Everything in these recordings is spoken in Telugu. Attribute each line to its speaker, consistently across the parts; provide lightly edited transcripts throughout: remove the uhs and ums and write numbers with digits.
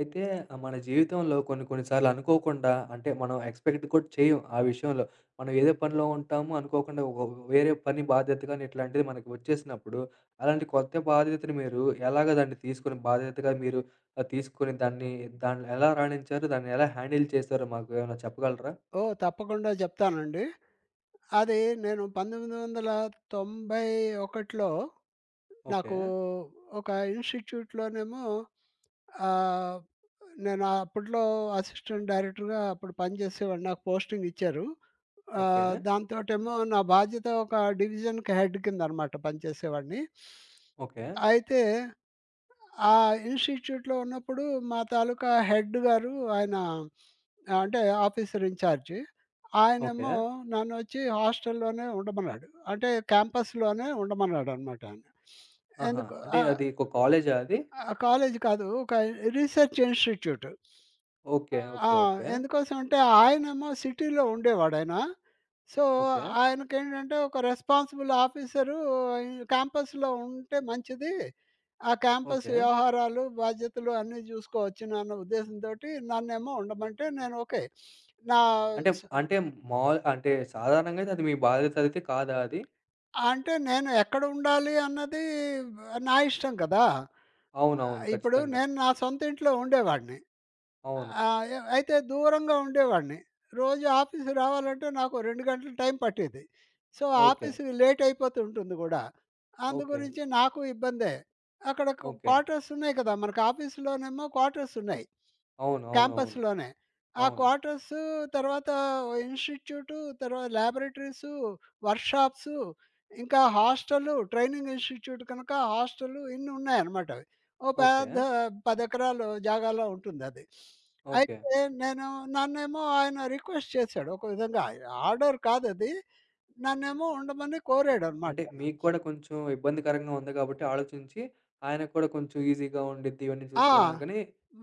Speaker 1: అయితే మన జీవితంలో కొన్ని కొన్ని సార్లు అనుకోకుండా అంటే మనం ఎక్స్‌పెక్ట్ కూడా చేయం ఆ విషయంలో. మనం ఏదో పనిలో ఉంటాము అనుకోకుండా వేరే పని బాధ్యత గాని ఇట్లాంటిది మనకి వచ్చేసినప్పుడు, అలాంటి కొత్త బాధ్యతని మీరు ఎలాగ దాన్ని తీసుకొని బాధ్యతగా మీరు తీసుకొని దాన్ని దాన్ని ఎలా రాణించారు? దాన్ని ఎలా హ్యాండిల్ చేశారో మాకు ఏమైనా చెప్పగలరా?
Speaker 2: ఓహ్! తప్పకుండా జెప్తానండి. అది నేను 1991లో
Speaker 1: ఓకే.
Speaker 2: నాకు ఒక ఇన్‌స్టిట్యూట్‌లోనేమో ఆహ్, నేను అప్పట్లో అసిస్టెంట్ డైరెక్టర్‌గా అప్పుడు పనిచేసేవాడిని. నాకు పోస్టింగ్ ఇచ్చారు.
Speaker 1: ఓకే.
Speaker 2: దాంతోటేమో నా బాధ్యత ఒక డివిజన్‌కి హెడ్ కిందనమాట పనిచేసేవాడిని.
Speaker 1: ఓకే.
Speaker 2: అయితే ఆ ఇన్‌స్టిట్యూట్‌లో ఉన్నప్పుడు మా తాలూకా హెడ్ గారు ఆయన అంటే ఆఫీసర్ ఇన్‌చార్జ్.
Speaker 1: ఓకే.
Speaker 2: ఆయనేమో నన్నొచ్చి హాస్టల్‌లోనే ఉండమన్నాడు. అంటే క్యాంపస్‌లోనే ఉండమన్నాడనమాట ఆయన.
Speaker 1: ఆహా!
Speaker 2: ఎందుకు
Speaker 1: అంటే
Speaker 2: ఆహ్,
Speaker 1: అది ఒక కాలేజా అది?
Speaker 2: కాలేజ్ కాదు. ఒక రీసెర్చ్ ఇన్‌స్టిట్యూట్.
Speaker 1: ఓకే.
Speaker 2: ఆ!
Speaker 1: ఓకే. ఓకే.
Speaker 2: ఎందుకోసం అంటే ఆయనేమో సిటీలో ఉండేవాడాయన. So,
Speaker 1: okay.
Speaker 2: ఆయనకేంటంటే ఒక రెస్పాన్సిబుల్ ఆఫీసరు క్యాంపస్‌లో ఉంటే మంచిది. ఆ క్యాంపస్
Speaker 1: ఓకే.
Speaker 2: వ్యవహారాలు, బాధ్యతలు అన్నీ జూసుకోవచ్చునన్న ఉద్దేశంతోటి నన్నేమో ఉండమంటే నేను ఓకే. నా
Speaker 1: అంటే,
Speaker 2: స
Speaker 1: అంటే మాములు అంటే సాధారణంగా అయితే అది మీ బాధ్యత అయితే కాదా అది?
Speaker 2: అంటే నేను ఎక్కడ ఉండాలి అన్నది నా ఇష్టం కదా!
Speaker 1: అవునవును.
Speaker 2: ఇప్పుడు
Speaker 1: ఖచ్చితంగా.
Speaker 2: నేను నా సొంత ఇంట్లో ఉండేవాడిని.
Speaker 1: అవును.
Speaker 2: ఆ! అయితే దూరంగా ఉండేవాడిని. రోజు ఆఫీస్ రావాలంటే నాకు 2 గంటలు టైం పట్టేది. So,
Speaker 1: okay.
Speaker 2: ఆఫీస్ లేట్ అయిపోతూ ఉంటుంది గూడా.
Speaker 1: ఓకే.
Speaker 2: అందుగురించి నాకు ఇబ్బందే. అక్కడ
Speaker 1: ఓకే.
Speaker 2: క్వార్టర్స్ ఉన్నాయి కదా! మనకు ఆఫీస్‌లోనేమో క్వార్టర్స్ ఉన్నాయి.
Speaker 1: అవును. అవునవును. అవును.
Speaker 2: క్యాంపస్‌లోనే. ఆ
Speaker 1: అవును.
Speaker 2: క్వార్టర్స్ తర్వాత ఇన్‌స్టిట్యూటు, తర్వాత లాబొరేటరీసు, వర్క్‌షాప్సు, ఇంకా హాస్టలు, ట్రైనింగ్ ఇన్‌స్టిట్యూట్ కనుక హాస్టలు ఇన్ని ఉన్నాయన్నమాట అవి. ఓ
Speaker 1: ఓకే.
Speaker 2: పెద్ద 10 ఎకరాలు జాగాలో ఉంటుందది.
Speaker 1: ఓకే.
Speaker 2: అయితే నేను నన్నేమో ఆయన రిక్వెస్ట్ చేశాడు. ఒక విధంగా ఆర్డర్ కాదది. నన్నేమో ఉండమని కోరాడనమాట
Speaker 1: అంటే
Speaker 2: ఆయన.
Speaker 1: మీకు కూడా కొంచెం ఇబ్బందికరంగా ఉంది కాబట్టి ఆలోచించి, ఆయనకు కూడా కొంచెం ఈజీగా ఉండిద్ది ఇవన్నీ
Speaker 2: ఆ!
Speaker 1: చూసుకోవడానికని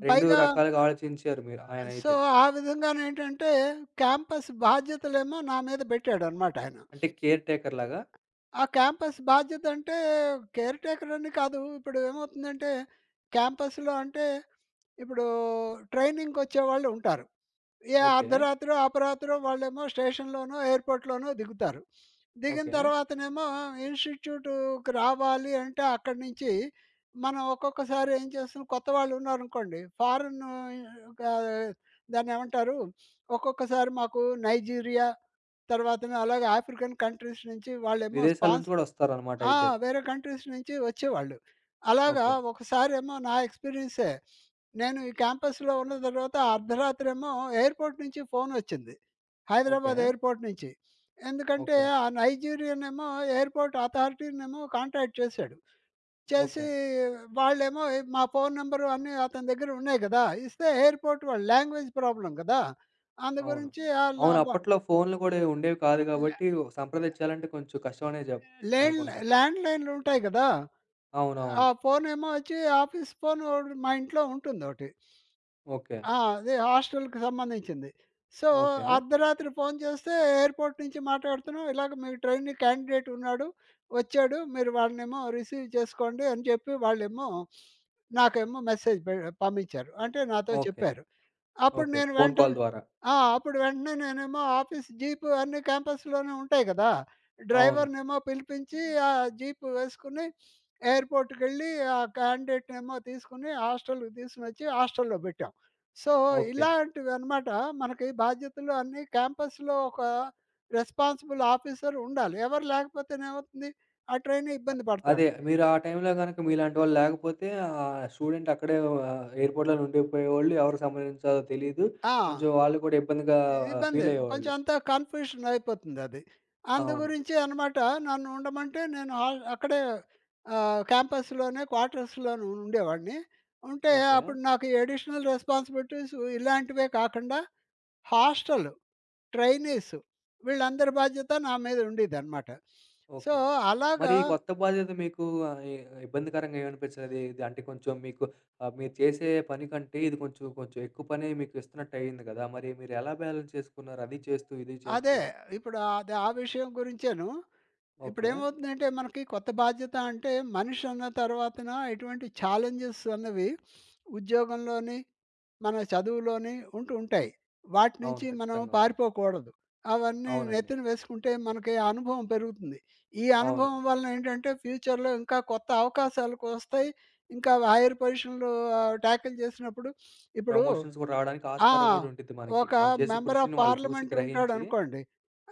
Speaker 1: 2
Speaker 2: పైగా
Speaker 1: రకాలుగా ఆలోచించారు మీరు
Speaker 2: సో,
Speaker 1: ఆయనైతే.
Speaker 2: ఆ విధంగానేంటంటే క్యాంపస్ బాధ్యతలేమో నా మీద పెట్టాడనమాట ఆయన.
Speaker 1: అంటే కేర్ టేకర్ లాగా.
Speaker 2: ఆ క్యాంపస్ బాధ్యత అంటే కేర్‌టేకర్ అని కాదు. ఇప్పుడు ఏమవుతుందంటే క్యాంపస్‌లో అంటే ఇప్పుడు ట్రైనింగ్‌కొచ్చేవాళ్ళు ఉంటారు. ఏ
Speaker 1: ఓకే.
Speaker 2: అర్ధరాత్రో, అపరాత్రో వాళ్ళేమో స్టేషన్‌లోనో, ఎయిర్‌పోర్ట్‌లోనో దిగుతారు. దిగిన
Speaker 1: ఓకే.
Speaker 2: తర్వాతనేమో ఇన్‌స్టిట్యూట్‌కి రావాలి అంటే అక్కడి నుంచి మనం ఒక్కొక్కసారి ఏం చేస్తాం కొత్త వాళ్ళున్నారనుకోండి ఫారెన్ గా దాన్నేమంటారు? ఒక్కొక్కసారి మాకు నైజీరియా తర్వాతన అలాగే ఆఫ్రికన్ కంట్రీస్ నుంచి వాళ్ళేమో
Speaker 1: విదేశాల నుంచి
Speaker 2: స్పాన్సర్స్.
Speaker 1: కూడా వస్తారనమాట
Speaker 2: ఆ!
Speaker 1: అయితే.
Speaker 2: వేరే కంట్రీస్ నుంచి వచ్చేవాళ్ళు. అలాగా
Speaker 1: ఓకే.
Speaker 2: ఒకసారేమో నా ఎక్స్‌పీరియన్సే. నేను ఈ క్యాంపస్‌లో ఉన్న తర్వాత అర్ధరాత్రేమో ఎయిర్‌పోర్ట్ నుంచి ఫోనొచ్చింది.
Speaker 1: ఓకే.
Speaker 2: హైదరాబాద్ ఎయిర్‌పోర్ట్ నుంచి. ఎందుకంటే
Speaker 1: ఓకే.
Speaker 2: ఆ నైజీరియన్ ఏమో ఎయిర్‌పోర్ట్ అథారిటీనేమో కాంటాక్ట్ చేశాడు. చేసి
Speaker 1: ఓకే.
Speaker 2: వాళ్ళేమో మా ఫోను నంబరు అన్నీ అతని దగ్గర ఉన్నాయి గదా! ఇస్తే ఎయిర్‌పోర్ట్ వాళ్ళు లాంగ్వేజ్ ప్రాబ్లమ్ గదా! అందు
Speaker 1: అవును.
Speaker 2: గురించి ఆళ్ళు
Speaker 1: అవును.
Speaker 2: అబ్బా!
Speaker 1: అప్పట్లో ఫోన్‌లు గూడా ఉండేవి కాదు
Speaker 2: ల్యా
Speaker 1: గాబట్టి, సంప్రదించాలంటే కొంచెం కష్టం అనే
Speaker 2: లేండ్
Speaker 1: అనుకుంటా.
Speaker 2: ల్యాండ్‌లైన్‌లుంటాయి గదా! ఆ
Speaker 1: అవునవును.
Speaker 2: ఫోనేమో వచ్చి ఆఫీస్ ఫోను మా ఇంట్లో ఉంటుందోటి.
Speaker 1: ఓకే.
Speaker 2: ఆ! అది హాస్టల్‌కి సంబంధించింది. So,
Speaker 1: okay.
Speaker 2: అర్ధరాత్రి ఫోను చేస్తే, "ఎయిర్‌పోర్ట్ నుంచి మాట్లాడుతున్నాం. ఇలాగ మీ ట్రైనీ క్యాండిడేట్ ఉన్నాడు. వచ్చాడు. మీరు వాళ్ళనేమో రిసీవ్ చేసుకోండి" అని చెప్పి వాళ్ళేమో నాకేమో మెసేజ్ పె పంపించారు. అంటే నాతో
Speaker 1: ఓకే.
Speaker 2: చెప్పారు. అప్పుడు
Speaker 1: ఓకే.
Speaker 2: నేను
Speaker 1: ఫోన్ కాల్
Speaker 2: వెంటనే
Speaker 1: ద్వారా.
Speaker 2: ఆ! అప్పుడు వెంటనే నేనేమో ఆఫీస్ జీపు అన్ని క్యాంపస్‌లోనే ఉంటాయి కదా!
Speaker 1: అవును.
Speaker 2: డ్రైవర్‌నేమో పిలిపించి, ఆ జీపు వేసుకొని ఎయిర్‌పోర్ట్‌కెళ్ళి, ఆ క్యాండిడేట్‌నేమో తీసుకొని హాస్టల్‌కి తీసుకొనొచ్చి హాస్టల్‌లో పెట్టాం. So,
Speaker 1: okay.
Speaker 2: ఇలాంటివన్నమాట మనకి బాధ్యతలు అన్నీ క్యాంపస్‌లో ఒక రెస్పాన్సిబుల్ ఆఫీసర్ ఉండాలి. ఎవరు లేకపోతేనేమవుతుంది? ఆ ట్రైనీ
Speaker 1: అ
Speaker 2: ఇబ్బంది
Speaker 1: అదే
Speaker 2: పడతాడు.
Speaker 1: మీరు ఆ టైంలో గనక మీలాంటి వాళ్ళు లేకపోతే స్టూడెంట్ అక్కడే ఎయిర్‌పోర్ట్‌లోనే ఉండిపోయేవాళ్ళు. ఎవరు సంప్రదించాలో తెలీదు.
Speaker 2: ఆ!
Speaker 1: కొంచెం వాళ్ళు కూడా ఇబ్బందిగా
Speaker 2: ఇబ్బంది.
Speaker 1: ఫీల్ అయ్యేవాళ్ళు.
Speaker 2: కొంచెం అంతా కన్ఫ్యూషన్ అయిపోతుందది. అందు
Speaker 1: అవును.
Speaker 2: గురించి అనమాట నన్ను ఉండమంటే నేను అక్కడే క్యాంపస్‌లోనే క్వార్టర్స్‌లోనే ఉండేవాడిని. ఉంటే
Speaker 1: ఓకే.
Speaker 2: అప్పుడు నాకు ఈ అడిషనల్ రెస్పాన్సిబిలిటీస్ ఇలాంటివే కాకుండా హాస్టలు, ట్రైనీస్ వీళ్ళందరి బాధ్యత నా మీద ఉండేదనమాట. So,
Speaker 1: okay. మరి
Speaker 2: అలాగా
Speaker 1: ఈ కొత్త బాధ్యత మీకు ఆహ్, ఇ ఇబ్బందికరంగా ఏమనిపించలేదా? ఇది అంటే కొంచెం మీకు మీరు చేసే పని కంటే ఇది కొంచెం ఎక్కువ పనే మీకు ఇస్తున్నట్టు అయింది కదా! మరి మీరు ఎలా బ్యాలెన్స్ చేసుకున్నారు? అది చేస్తూ, ఇది చేస్తూ?
Speaker 2: అదే ఇప్పుడు అది ఆ విషయం గురించేను.
Speaker 1: ఓకే.
Speaker 2: ఇప్పుడేమవుతుందంటే మనకి కొత్త బాధ్యత అంటే మనిషి అన్న తర్వాతన ఇటువంటి ఛాలెంజెస్ అన్నవి ఉద్యోగంలోని, మన చదువులోని ఉంటూ ఉంటాయి. వాటి
Speaker 1: అవును.
Speaker 2: నుంచి మనం
Speaker 1: ఖచ్చితంగా ఉంటాయి.
Speaker 2: పారిపోకూడదు. అవన్నీ
Speaker 1: అవునండి.
Speaker 2: నెత్తిన వేసుకుంటే మనకి ఆ అనుభవం పెరుగుతుంది. ఈ
Speaker 1: అవును.
Speaker 2: అనుభవం వలన ఏంటంటే ఫ్యూచర్‌లో ఇంకా కొత్త అవకాశాలకొస్తాయి. ఇంకా హైయర్ పొజిషన్‌లు టాకిల్ చేసినప్పుడు ఇప్పుడు
Speaker 1: ప్రమోషన్స్ కూడా రావడానికి
Speaker 2: ఆ!
Speaker 1: ఆస్కారం కూడా ఉండిద్ది మనకి.
Speaker 2: ఒక
Speaker 1: మనం చేసిన
Speaker 2: మెంబర్ ఆఫ్
Speaker 1: కృషిని వాళ్ళు చూసి,
Speaker 2: పార్లమెంట్
Speaker 1: గ్రహించి
Speaker 2: ఉంటాడనుకోండి.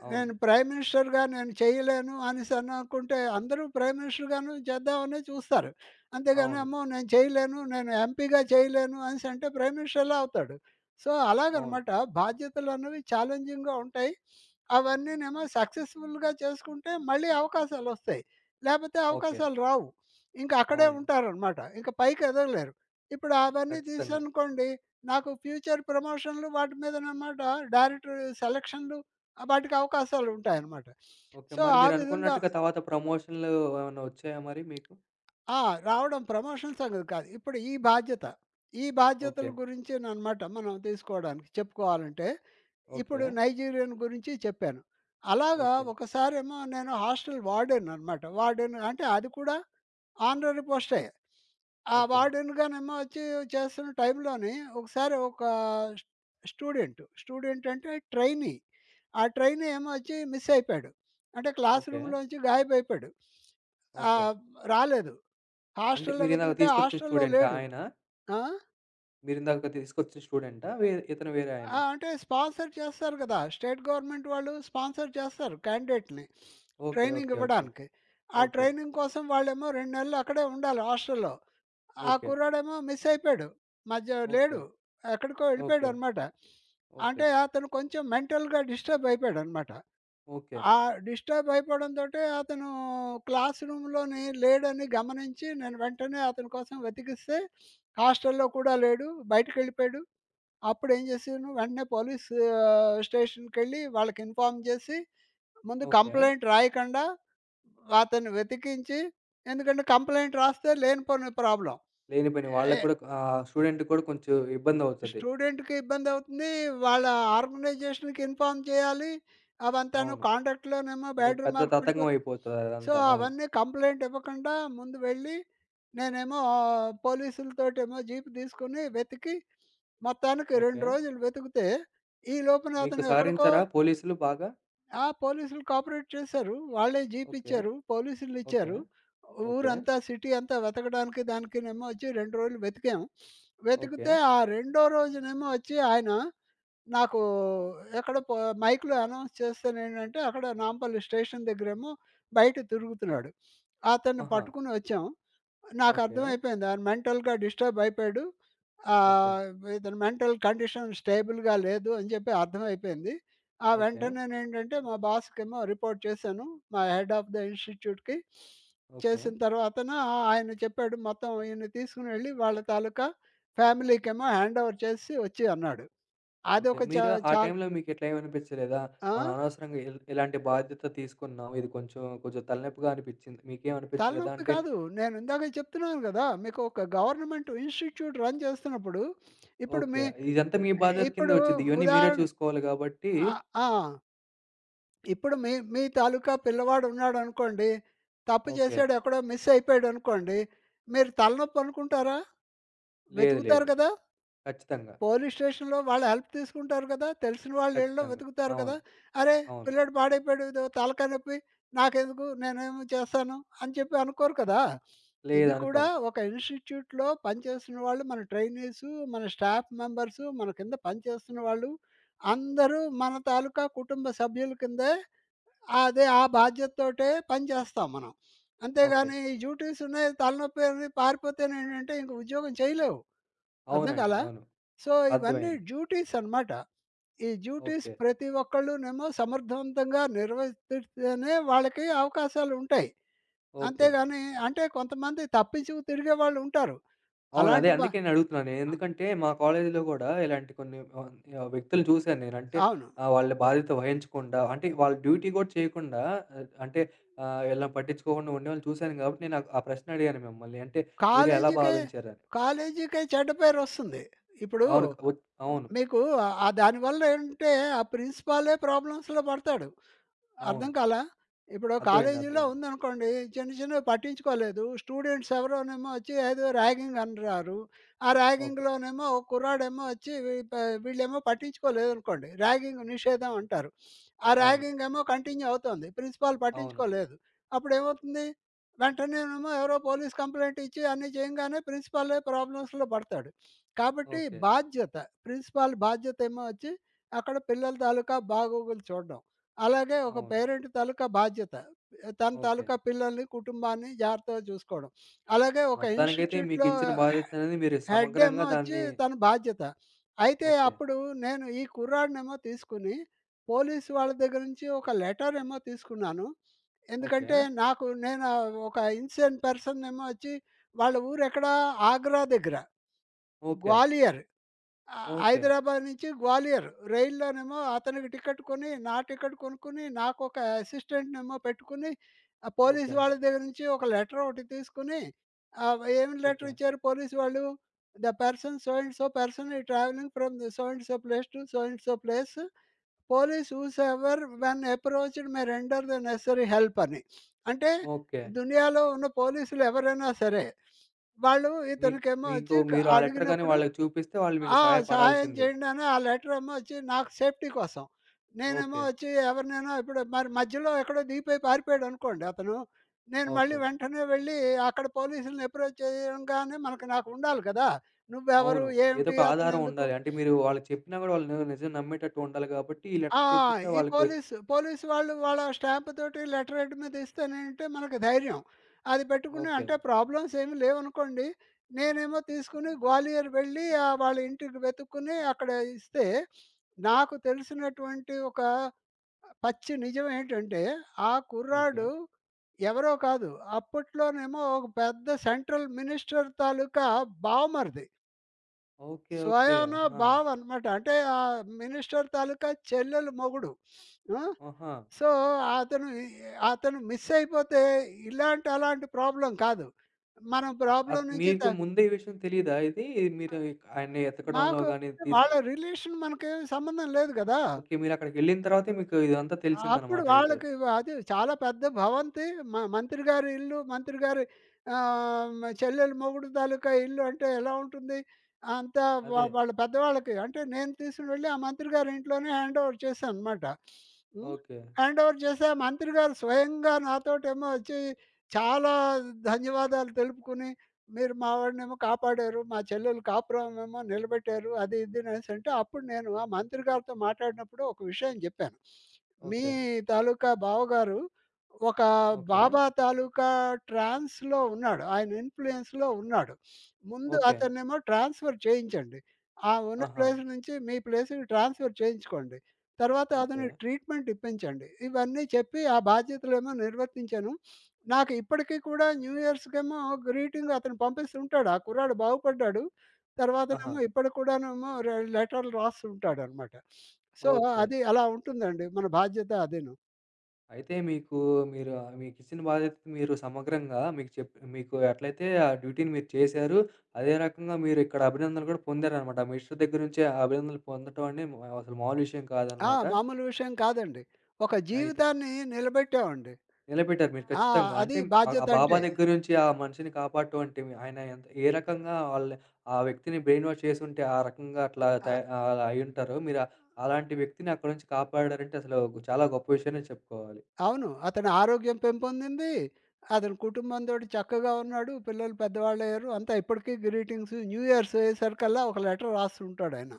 Speaker 1: అవును.
Speaker 2: నేను ప్రైమ్ మినిస్టర్‌గా నేను చేయలేను అనేసని అనుకుంటే అందరూ ప్రైమ్ మినిస్టర్‌గాను చేద్దామనే చూస్తారు. అంతేగాని
Speaker 1: అవును.
Speaker 2: అమ్మో! నేను చేయలేను, నేను ఎంపీగా చేయలేను అనేసంటే ప్రైమ్ మినిస్టర్‌లా అవుతాడు. సో,
Speaker 1: అవును.
Speaker 2: అలాగనమాట బాధ్యతలన్నవి ఛాలెంజింగ్‌గా ఉంటాయి. అవన్నీనేమో సక్సెస్‌ఫుల్‌గా చేసుకుంటే మళ్ళీ అవకాశాలొస్తాయి. లేపోతే
Speaker 1: ఓకే.
Speaker 2: అవకాశాలు రావు. ఇంక అక్కడే
Speaker 1: అవును.
Speaker 2: ఉంటారనమాట. ఇంక పైకి ఎదగలేరు. ఇప్పుడు అవన్నీ
Speaker 1: ఖచ్చితంగా.
Speaker 2: తీసేసనుకోండి నాకు ఫ్యూచర్ ప్రమోషన్‌లు వాటి మీదనమాట డైరెక్టర్ సెలక్షన్‌లు వాటికి అవకాశాలుంటాయనమాట.
Speaker 1: ఓకే.
Speaker 2: సో,
Speaker 1: మరి
Speaker 2: ఆ విధంగా
Speaker 1: మీరనుకున్నట్టుగా తర్వాత ప్రమోషన్‌లు ఏమన్నా వచ్చాయా మరి మీకు?
Speaker 2: ఆ! రావడం ప్రమోషన్ సంగతి కాదు. ఇప్పుడు ఈ బాధ్యత, ఈ
Speaker 1: ఓకే.
Speaker 2: బాధ్యతల గురించిననమాట మనం తీసుకోవడానికి చెప్పుకోవాలంటే,
Speaker 1: ఓకే.
Speaker 2: ఇప్పుడు నైజీరియన్ గురించి చెప్పాను. అలాగా
Speaker 1: ఓకే.
Speaker 2: ఒకసారేమో నేను హాస్టల్ వార్డెన్ అనమాట. వార్డెన్ అంటే అది కూడా ఆనరరీ పోస్టే. ఆ
Speaker 1: ఓకే.
Speaker 2: వార్డెన్‌గానేమో వచ్చి చేస్తున్న టైంలోని ఒకసారి ఒక స్ స్టూడెంట్ అంటే ట్రైనీ. ఆ ట్రైనీ ఏమో వచ్చి మిస్ అయిపోయాడు. అంటే క్లాస్
Speaker 1: ఓకే.
Speaker 2: రూమ్‌లోంచి గాయబయిపోయాడు.
Speaker 1: ఓకే.
Speaker 2: ఆహ్, రాలేదు.
Speaker 1: అంటే
Speaker 2: హాస్టల్‌లో
Speaker 1: మీరిందాక
Speaker 2: వెతికితే
Speaker 1: తీసుకొచ్చిన
Speaker 2: హాస్టల్‌లో
Speaker 1: స్టూడెంటా
Speaker 2: లేడు.
Speaker 1: ఆయన?
Speaker 2: ఆ!
Speaker 1: మీరిందాక తీసుకొచ్చిన స్టూడెంటా? ఇతను వేరే ఆయనా?
Speaker 2: ఆ! అంటే స్పాన్సర్ చేస్తారు కదా! స్టేట్ గవర్నమెంట్ వాళ్ళు స్పాన్సర్ చేస్తారు క్యాండిడేట్‌ని
Speaker 1: ఓకే.
Speaker 2: Training
Speaker 1: okay. ఓకే.
Speaker 2: ఇవ్వడానికి. ఆ
Speaker 1: ఓకే.
Speaker 2: ట్రైనింగ్ కోసం వాళ్ళేమో 2 నెలలు అక్కడే ఉండాలి హాస్టల్‌లో. ఆ కుర్రాడేమో మిస్ అయిపోయాడు. మధ్య
Speaker 1: ఓకే.
Speaker 2: లేడు. ఎక్కడికో
Speaker 1: ఓకే. ఓకే.
Speaker 2: వెళ్ళిపోయాడనమాట.
Speaker 1: ఓకే.
Speaker 2: అంటే అతను కొంచెం మెంటల్‌గా డిస్టర్బ్ అయిపోయాడనమాట.
Speaker 1: ఓకే.
Speaker 2: ఆ డిస్టర్బ్ అయిపోవడంతోటే అతను క్లాస్ రూమ్‌లోని లేడని గమనించి నేను వెంటనే అతని కోసం వెతికిస్తే హాస్టల్‌లో కూడా లేడు. బయటికెళ్ళిపోయాడు. అప్పుడేం చేశాను వెంటనే పోలీస్ స్టేషన్‌కెళ్ళి వాళ్ళకి ఇన్ఫార్మ్ చేసి ముందు
Speaker 1: ఓకే.
Speaker 2: కంప్లెయింట్ రాయకుండా అతన్ని వెతికించి ఎందుకంటే కంప్లెయింట్ రాస్తే లేనిపోని ప్రాబ్లమ్.
Speaker 1: లేని పోని
Speaker 2: ఎ
Speaker 1: వాళ్ళకి కూడా స్టూడెంట్‌కి కూడా కొంచెం ఇబ్బందవుతది.
Speaker 2: స్టూడెంట్‌కి ఇబ్బందవుతుంది. వాళ్ళ ఆర్గనైజేషన్‌కి ఇన్ఫార్మ్ చేయాలి. అవంతాను
Speaker 1: అవును.
Speaker 2: కాంట్రాక్ట్‌లోనేమో
Speaker 1: అదే
Speaker 2: బ్యాడ్
Speaker 1: పెద్ద
Speaker 2: రిమార్క్
Speaker 1: తతంగం
Speaker 2: పడిపోతుంది.
Speaker 1: అయిపోతది
Speaker 2: సో,
Speaker 1: అదంతా. అవును.
Speaker 2: అవన్నీ కంప్లెయింట్ ఇవ్వకుండా ముందు వెళ్ళి నేనేమో పోలీసులతోటేమో జీప్ తీసుకొని వెతికి మొత్తానికి 2
Speaker 1: ఓకే.
Speaker 2: రోజులు వెతికితే ఈ లోపున
Speaker 1: మీకు
Speaker 2: అతను ఎక్కడికో
Speaker 1: సహరించారా పోలీసులు బాగా?
Speaker 2: ఆ! పోలీసులు కోఆపరేట్ చేశారు. వాళ్ళే
Speaker 1: ఓకే.
Speaker 2: జీపిచ్చారు.
Speaker 1: ఓకే.
Speaker 2: పోలీసులిచ్చారు.
Speaker 1: ఓకే.
Speaker 2: ఊరంతా సిటీ అంతా వెతకడానికి దానికినేమో వచ్చి 2 రోజులు వెతికాం.
Speaker 1: ఓకే.
Speaker 2: వెతికితే ఆ రెండో రోజునేమో వచ్చి ఆయన నాకు ఎక్కడ పో మైక్‌లో అనౌన్స్ చేస్తానేంటంటే అక్కడ నాంపల్లి స్టేషన్ దగ్గరేమో బయట తిరుగుతున్నాడు. అతన్ని
Speaker 1: ఆహా!
Speaker 2: పట్టుకొని వచ్చాం.
Speaker 1: ఓకే.
Speaker 2: నాకర్థమైపోయింది. ఆయన మెంటల్‌గా డిస్టర్బ్ అయిపోయాడు.
Speaker 1: ఓకే.
Speaker 2: ఆహ్, ఇతని మెంటల్ కండిషన్ స్టేబుల్‌గా లేదు అని చెప్పి అర్థమైపోయింది. ఆ
Speaker 1: ఓకే.
Speaker 2: వెంటనేనేంటంటే మా బాస్‌కేమో రిపోర్ట్ చేశాను. మా హెడ్ ఆఫ్ ద ఇన్‌స్టిట్యూట్‌కి.
Speaker 1: ఓకే.
Speaker 2: చేసిన తర్వాతన ఆయన చెప్పాడు మొత్తం ఈయన్ని తీసుకొని వెళ్లి వాళ్ళ తాలూకా ఫ్యామిలీకేమో హ్యాండ్ ఓవర్ చేసి వచ్చి అన్నాడు.
Speaker 1: ఓకే.
Speaker 2: అదొక చ
Speaker 1: మీరు ఆ
Speaker 2: చాల్
Speaker 1: టైంలో మీకిట్లా ఏమనిపించలేదా?
Speaker 2: ఆ!
Speaker 1: మనం అనవసరంగా ఇలాంటి బాధ్యత తీసుకున్నాం. ఇది కొంచెం తలనొప్పిగా అనిపించింది. మీకేమనిపించలేదా?
Speaker 2: తలనొప్పి
Speaker 1: అంటే
Speaker 2: కాదు. నేను ఇందాక చెప్తున్నాను గదా! మీకు ఒక గవర్నమెంట్ ఇన్‌స్టిట్యూట్ రన్ చేస్తున్నప్పుడు ఇప్పుడు
Speaker 1: ఓకే.
Speaker 2: మీ
Speaker 1: ఇదంతా మీ బాధ్యత కిందే
Speaker 2: ఇప్పుడు
Speaker 1: వచ్చిద్ది. ఇవన్నీ మీరే
Speaker 2: ఉదాహరణ
Speaker 1: చూసుకోవాలి కాబట్టి
Speaker 2: ఆ! ఆ! ఇప్పుడు మీ మీ తాలూకా పిల్లవాడు ఉన్నాడనుకోండి. తప్పు
Speaker 1: ఓకే.
Speaker 2: చేసాడు ఎక్కడో మిస్ అయిపోయాడనుకోండి. మీరు తలనొప్పి అనుకుంటారా?
Speaker 1: లేదు,
Speaker 2: వెతుకుతారు
Speaker 1: లేదు.
Speaker 2: గదా!
Speaker 1: ఖచ్చితంగా.
Speaker 2: పోలీస్ స్టేషన్‌లో వాళ్ళు హెల్ప్ తీసుకుంటారు కదా! తెలిసిన వాళ్ళ ఇళ్ళలో
Speaker 1: ఖచ్చితంగా.
Speaker 2: వెతుకుతారు
Speaker 1: అవును.
Speaker 2: కదా! అరే!
Speaker 1: అవును.
Speaker 2: పిల్లోడు పాడైపోయాడు. ఇదో తలకాయ నొప్పి. నాకెందుకు నేనేమి చేస్తాను అని చెప్పి అనుకోరు కదా! ఇది కూడా
Speaker 1: లేదనుకోము.
Speaker 2: ఒక ఇన్‌స్టిట్యూట్‌లో పనిచేస్తున్న వాళ్ళు మన ట్రైనీసు, మన స్టాఫ్ మెంబర్సు, మన కింద పనిచేస్తున్న వాళ్ళు అందరూ మన తాలూకా కుటుంబ సభ్యుల కిందే అదే ఆ బాధ్యతతోటే పనిచేస్తాం మనం.
Speaker 1: ఓకే.
Speaker 2: అంతేగాని ఈ డ్యూటీస్ ఉన్నాయి తలనొప్పి అని పారిపోతేనేంటంటే ఇంక ఉద్యోగం చేయలేవు. అర్థం
Speaker 1: అవునండి.
Speaker 2: కాలా?
Speaker 1: అవును.
Speaker 2: సో, ఇవన్నీ
Speaker 1: అర్థమైంది.
Speaker 2: డ్యూటీస్ అనమాట. ఈ డ్యూటీస్
Speaker 1: ఓకే.
Speaker 2: ప్రతి ఒక్కళ్ళునేమో సమర్థవంతంగా నిర్వర్తిస్తేనే వాళ్ళకి అవకాశాలుంటాయి.
Speaker 1: ఓకే.
Speaker 2: అంతేగాని అంటే కొంతమంది తప్పించి తిరిగే వాళ్ళుంటారు.
Speaker 1: అవును. అదే
Speaker 2: అలాంటి బ
Speaker 1: అందుకే నేనడుగుతున్నాను. ఎందుకంటే మా కాలేజీలో గూడా ఇలాంటి కొన్ని వ్యక్తులు చూశాను నేను. అంటే
Speaker 2: అవును.
Speaker 1: వాళ్ళ బాధ్యత వహించకుండా అంటే వాళ్ళ డ్యూటీ గూడా చేయకుండా అంటే వీళ్ళని పట్టించుకోకుండా ఉండేవాళ్ళని చూశాను గాబట్టి నేను ఆ ఆ ప్రశ్న అడిగాను మిమ్మల్ని. అంటే మీరు ఎలా
Speaker 2: కాలేజీకే
Speaker 1: భావించారని?
Speaker 2: కాలేజీకే చెడ్డ పేరొస్తుంది. ఇప్పుడు
Speaker 1: అవును. క్ ఒత్ అవును.
Speaker 2: మీకు దానివల్ల ఏంటంటే ఆ ప్రిన్సిపాలే ప్రాబ్లమ్స్‌లో పడతాడు.
Speaker 1: అవును.
Speaker 2: అర్థం కాలా? ఇప్పుడు
Speaker 1: అర్థమైంది.
Speaker 2: కాలేజీలో
Speaker 1: అర్థమైంది.
Speaker 2: ఉందనుకోండి, చిన్న చిన్నవి పట్టించుకోలేదు. స్టూడెంట్స్ ఎవరోనేమో వచ్చి ఏదో ర్యాగింగ్ అంటున్నారు. ఆ
Speaker 1: ఓకే.
Speaker 2: ర్యాగింగ్‌లోనేమో ఓ కుర్రాడేమో వచ్చి వీ ప వీళ్ళేమో పట్టించుకోలేదనుకోండి. ర్యాగింగ్ నిషేధం అంటారు. ఆ
Speaker 1: అవును.
Speaker 2: ర్యాగింగ్ ఏమో కంటిన్యూ అవుతోంది. ప్రిన్సిపాల్
Speaker 1: అవును.
Speaker 2: పట్టించుకోలేదు. అప్పుడేమవుతుంది? వెంటనేనేమో ఎవరో పోలీస్ కంప్లెయింట్ ఇచ్చి అన్నీ చేయంగానే ప్రిన్సిపాలే ప్రాబ్లమ్స్‌లో పడతాడు. కాబట్టి
Speaker 1: ఓకే.
Speaker 2: బాధ్యత, ప్రిన్సిపాల్ బాధ్యతేమో వచ్చి అక్కడ పిల్లల తాలూకా బాగోగులు చూడడం. అలాగే ఒక
Speaker 1: అవును.
Speaker 2: పేరెంట్ తాలూకా బాధ్యత. తన
Speaker 1: ఓకే.
Speaker 2: తాలూకా పిల్లల్ని, కుటుంబాన్ని జాగ్రత్తగా చూసుకోవడం. అలాగే ఒక
Speaker 1: మొత్తానికైతే
Speaker 2: ఇన్‌స్టిట్యూట్‌లో
Speaker 1: మీకిచ్చిన బాధ్యత అనేది మీరు
Speaker 2: హెడ్ ఏమో
Speaker 1: సమగ్రంగా
Speaker 2: వచ్చి
Speaker 1: దాన్ని
Speaker 2: తన బాధ్యత. అయితే
Speaker 1: ఓకే.
Speaker 2: అప్పుడు నేను ఈ కుర్రాడినేమో తీసుకొని పోలీస్ వాళ్ళ దగ్గర నుంచి ఒక లెటర్ ఏమో తీసుకున్నాను.
Speaker 1: ఓకే.
Speaker 2: ఎందుకంటే నాకు నేను ఒక ఇన్సెంట్ పర్సన్ ఏమో వచ్చి వాళ్ళ ఊరెక్కడ ఆగ్రా దగ్గర
Speaker 1: ఓకే.
Speaker 2: గ్వాలియర్. ఆ!
Speaker 1: ఓకే.
Speaker 2: హైదరాబాద్ నుంచి గ్వాలియర్ రైల్‌లోనేమో అతనికి టికెట్ కొని, నా టికెట్ కొనుక్కొని, నాకొక అసిస్టెంట్‌నేమో పెట్టుకొని, ఆ పోలీస్
Speaker 1: ఓకే.
Speaker 2: వాళ్ళ దగ్గర నుంచి ఒక లెటర్ ఒకటి తీసుకొని, ఏం
Speaker 1: ఓకే.
Speaker 2: లెటర్ ఇచ్చారు పోలీస్ వాళ్ళు? The person so and so person is travelling from the so and so place to so and so place. Police whosoever when approached may render the necessary help అని. అంటే
Speaker 1: ఓకే.
Speaker 2: దునియాలో ఉన్న పోలీసులు ఎవరైనా సరే, వాళ్ళు
Speaker 1: మీ
Speaker 2: ఇతనికేమో వచ్చి
Speaker 1: మీకు మీరు ఆ లెటర్ గాని
Speaker 2: అడిగినప్పుడు
Speaker 1: వాళ్ళకి చూపిస్తే వాళ్ళు మీకు
Speaker 2: ఆ! సహాయం
Speaker 1: సహాయపడాల్సిందే.
Speaker 2: చేయండి అని ఆ లెటరేమో వచ్చి నాకు సేఫ్టీ కోసం. నేనేమో
Speaker 1: ఓకే.
Speaker 2: వచ్చి ఎవరినైనా ఇప్పుడు మరి మధ్యలో ఎక్కడో దిగిపోయి పారిపోయాడనుకోండి అతను. నేను మళ్ళీ
Speaker 1: ఓకే.
Speaker 2: వెంటనే వెళ్ళి అక్కడ పోలీసుల్ని అప్రోచ్ చేయంగానే నాకు ఉండాలి కదా! నువ్వెవరు?
Speaker 1: అవును. ఏదో
Speaker 2: ఏమిటి?
Speaker 1: ఒక ఆధారం
Speaker 2: అతనెందుకు?
Speaker 1: ఉండాలి. అంటే మీరు వాళ్ళకి చెప్పినా గూడా వాళ్ళు నిజం నమ్మేటట్టు ఉండాలి గాబట్టి, ఈ
Speaker 2: ఆ!
Speaker 1: లెటర్ చూపిస్తే
Speaker 2: ఈ
Speaker 1: వాళ్ళకి
Speaker 2: పోలీసు, పోలీసు వాళ్ళు వాళ్ళ స్టాంప్ తోటి లెటర్ హెడ్ మీద ఇస్తేనేంటంటే మనకు ధైర్యం. అది పెట్టుకుని
Speaker 1: ఓకే.
Speaker 2: అంటే ప్రాబ్లమ్స్ ఏమి లేవనుకోండి. నేనేమో తీసుకొని గ్వాలియర్ వెళ్ళి వాళ్ళ ఇంటికి వెతుక్కుని అక్కడ ఇస్తే, నాకు తెలిసినటువంటి ఒక పచ్చి నిజం ఏంటంటే, ఆ
Speaker 1: ఓకే.
Speaker 2: కుర్రాడు ఎవరో కాదు. అప్పట్లోనేమో ఒక పెద్ద సెంట్రల్ మినిస్టర్ తాలూకా బావమరిది.
Speaker 1: ఓకే. ఓకే.
Speaker 2: స్వయాన
Speaker 1: ఆహా!
Speaker 2: బావ అనమాట. అంటే ఆ మినిస్టర్ తాలూకా చెల్లెలు మొగుడు. ఆ!
Speaker 1: ఆహా!
Speaker 2: సో, అతను ఈ అతను మిస్ అయిపోతే ఇలాంటి, అలాంటి ప్రాబ్లమ్ కాదు. మనం
Speaker 1: అ అస్
Speaker 2: ప్రాబ్లమ్ నుంచి త
Speaker 1: మీకు ముందే ఈ విషయం తెలీదా ఇది? ఇది మీరు ఆయన్ని ఎతకడంలో
Speaker 2: మాకు
Speaker 1: గాని
Speaker 2: వాళ్ళ
Speaker 1: తీసుకు
Speaker 2: రిలేషన్ మనకేమి సంబంధం లేదు గదా!
Speaker 1: ఓకే. మీరక్కడికెళ్ళిన తర్వాతే మీకు ఇదంతా
Speaker 2: అప్పుడు
Speaker 1: తెలిసిందనమాట అయితే.
Speaker 2: వాళ్ళకి అది చాలా పెద్ద భవంతి. మంత్రి గారి ఇల్లు, మంత్రి గారి ఆహ్, మ చెల్లెలు మొగుడు తాలూకా ఇల్లు అంటే ఎలా ఉంటుంది? అంతా వా
Speaker 1: అదే.
Speaker 2: వాళ్ళ పెద్దవాళ్ళకి అంటే నేను తీసుకొని వెళ్ళి ఆ మంత్రి గారి ఇంట్లోనే హ్యాండ్ ఓవర్ చేశాననమాట. హ్మ్.
Speaker 1: ఓకే.
Speaker 2: హ్యాండ్ ఓవర్ చేసి ఆ మంత్రి గారు స్వయంగా నాతోటేమో వచ్చి చాలా ధన్యవాదాలు తెలుపుకొని, "మీరు మా వాడినేమో కాపాడారు. మా చెల్లెలు కాపురం ఏమో నిలబెట్టారు." అది ఇది అనేసి అంటే అప్పుడు నేను ఆ మంత్రి గారితో మాట్లాడినప్పుడు ఒక విషయం జెప్పాను. మీ
Speaker 1: ఓకే.
Speaker 2: తాలూకా బావగారు ఒక
Speaker 1: ఓకే.
Speaker 2: బాబా తాలూకా ట్రాన్స్‌లో ఉన్నాడు. ఆయన ఇన్‌ఫ్లూయెన్స్‌లో ఉన్నాడు. ముందు
Speaker 1: ఓకే.
Speaker 2: అతన్నేమో ట్రాన్స్‌ఫర్ చేయించండి. ఆ ఉన్న
Speaker 1: ఆహా!
Speaker 2: ప్లేస్ నుంచి మీ ప్లేస్‌కి ట్రాన్స్‌ఫర్ చేయించుకోండి. తర్వాత
Speaker 1: ఓకే.
Speaker 2: అతనికి ట్రీట్‌మెంట్ ఇప్పించండి. ఇవన్నీ చెప్పి ఆ బాధ్యతలేమో నిర్వర్తించాను. నాకు ఇప్పటికి కూడా న్యూ ఇయర్స్‌కేమో గ్రీటింగ్ అతను పంపిస్తుంటాడు. ఆ కుర్రాడు బాగుపడ్డాడు.
Speaker 1: ఆహా!
Speaker 2: తర్వాతనేమో ఇప్పటికి కూడానేమో లెటర్‌లు రాస్తుంటాడనమాట. So,
Speaker 1: okay.
Speaker 2: అది అలా ఉంటుందండి మన బాధ్యత అదీను.
Speaker 1: అయితే మీరు మీకిచ్చిన బాధ్యత మీరు సమగ్రంగా మీకు ఎట్లయితే ఆ డ్యూటీని మీరు చేశారు. అదే రకంగా మీరు ఇక్కడ అభినందనలు కూడా పొందారనమాట. ఆ మిస్టర్ దగ్గర నుంచే ఆ అభినందనలు పొందటం అనే అసలు మామూలు విషయం
Speaker 2: ఆ!
Speaker 1: కాదనమాట.
Speaker 2: మామూలు విషయం కాదండి. ఒక
Speaker 1: అయితే
Speaker 2: జీవితాన్ని నిలబెట్టామండి.
Speaker 1: నిలబెట్టారు మీరు
Speaker 2: ఆ! ఆ!
Speaker 1: ఖచ్చితంగా. అంటే
Speaker 2: అది
Speaker 1: ఆ
Speaker 2: బాధ్యత
Speaker 1: బాబా
Speaker 2: అంటే.
Speaker 1: దగ్గర నుంచి ఆ మనిషిని కాపాడటం అంటే ఆయన ఎంత ఏ రకంగా వాళ్ళని ఆ వ్యక్తిని బ్రెయిన్ వాష్ చేసుంటే ఆ రకంగా అట్లా
Speaker 2: అ
Speaker 1: తయా అలా అయ్యుంటారో మీరు అలాంటి వ్యక్తిని అక్కడి నుంచి కాపాడారంటే అసలు చాలా గొప్ప విషయమే చెప్పుకోవాలి.
Speaker 2: అవును. అతని ఆరోగ్యం పెంపొందింది. అతని కుటుంబంతోటి చక్కగా ఉన్నాడు. పిల్లలు పెద్దవాళ్ళయ్యారు. అంతా ఇప్పటికీ గ్రీటింగ్స్ న్యూ ఇయర్స్ అయ్యేసరికల్లా ఒక లెటర్ రాస్తుంటాడాయన.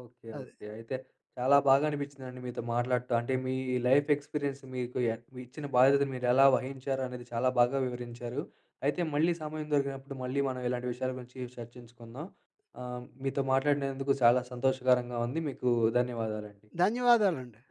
Speaker 1: ఓకే.
Speaker 2: అది.
Speaker 1: ఓకే. అయితే చాలా బాగా అనిపించిందండి మీతో మాట్లాడటం. అంటే మీ లైఫ్ ఎక్స్‌పీరియన్స్ మీకు ఎ మీ ఇచ్చిన బాధ్యతను మీరెలా వహించారు అనేది చాలా బాగా వివరించారు. అయితే మళ్ళీ సమయం దొరికినప్పుడు మళ్ళీ మనం ఇలాంటి విషయాల గురించి చర్చించుకుందాం. మీతో మాట్లాడినందుకు చాలా సంతోషకరంగా ఉంది. మీకు ధన్యవాదాలండి.
Speaker 2: ధన్యవాదాలండి.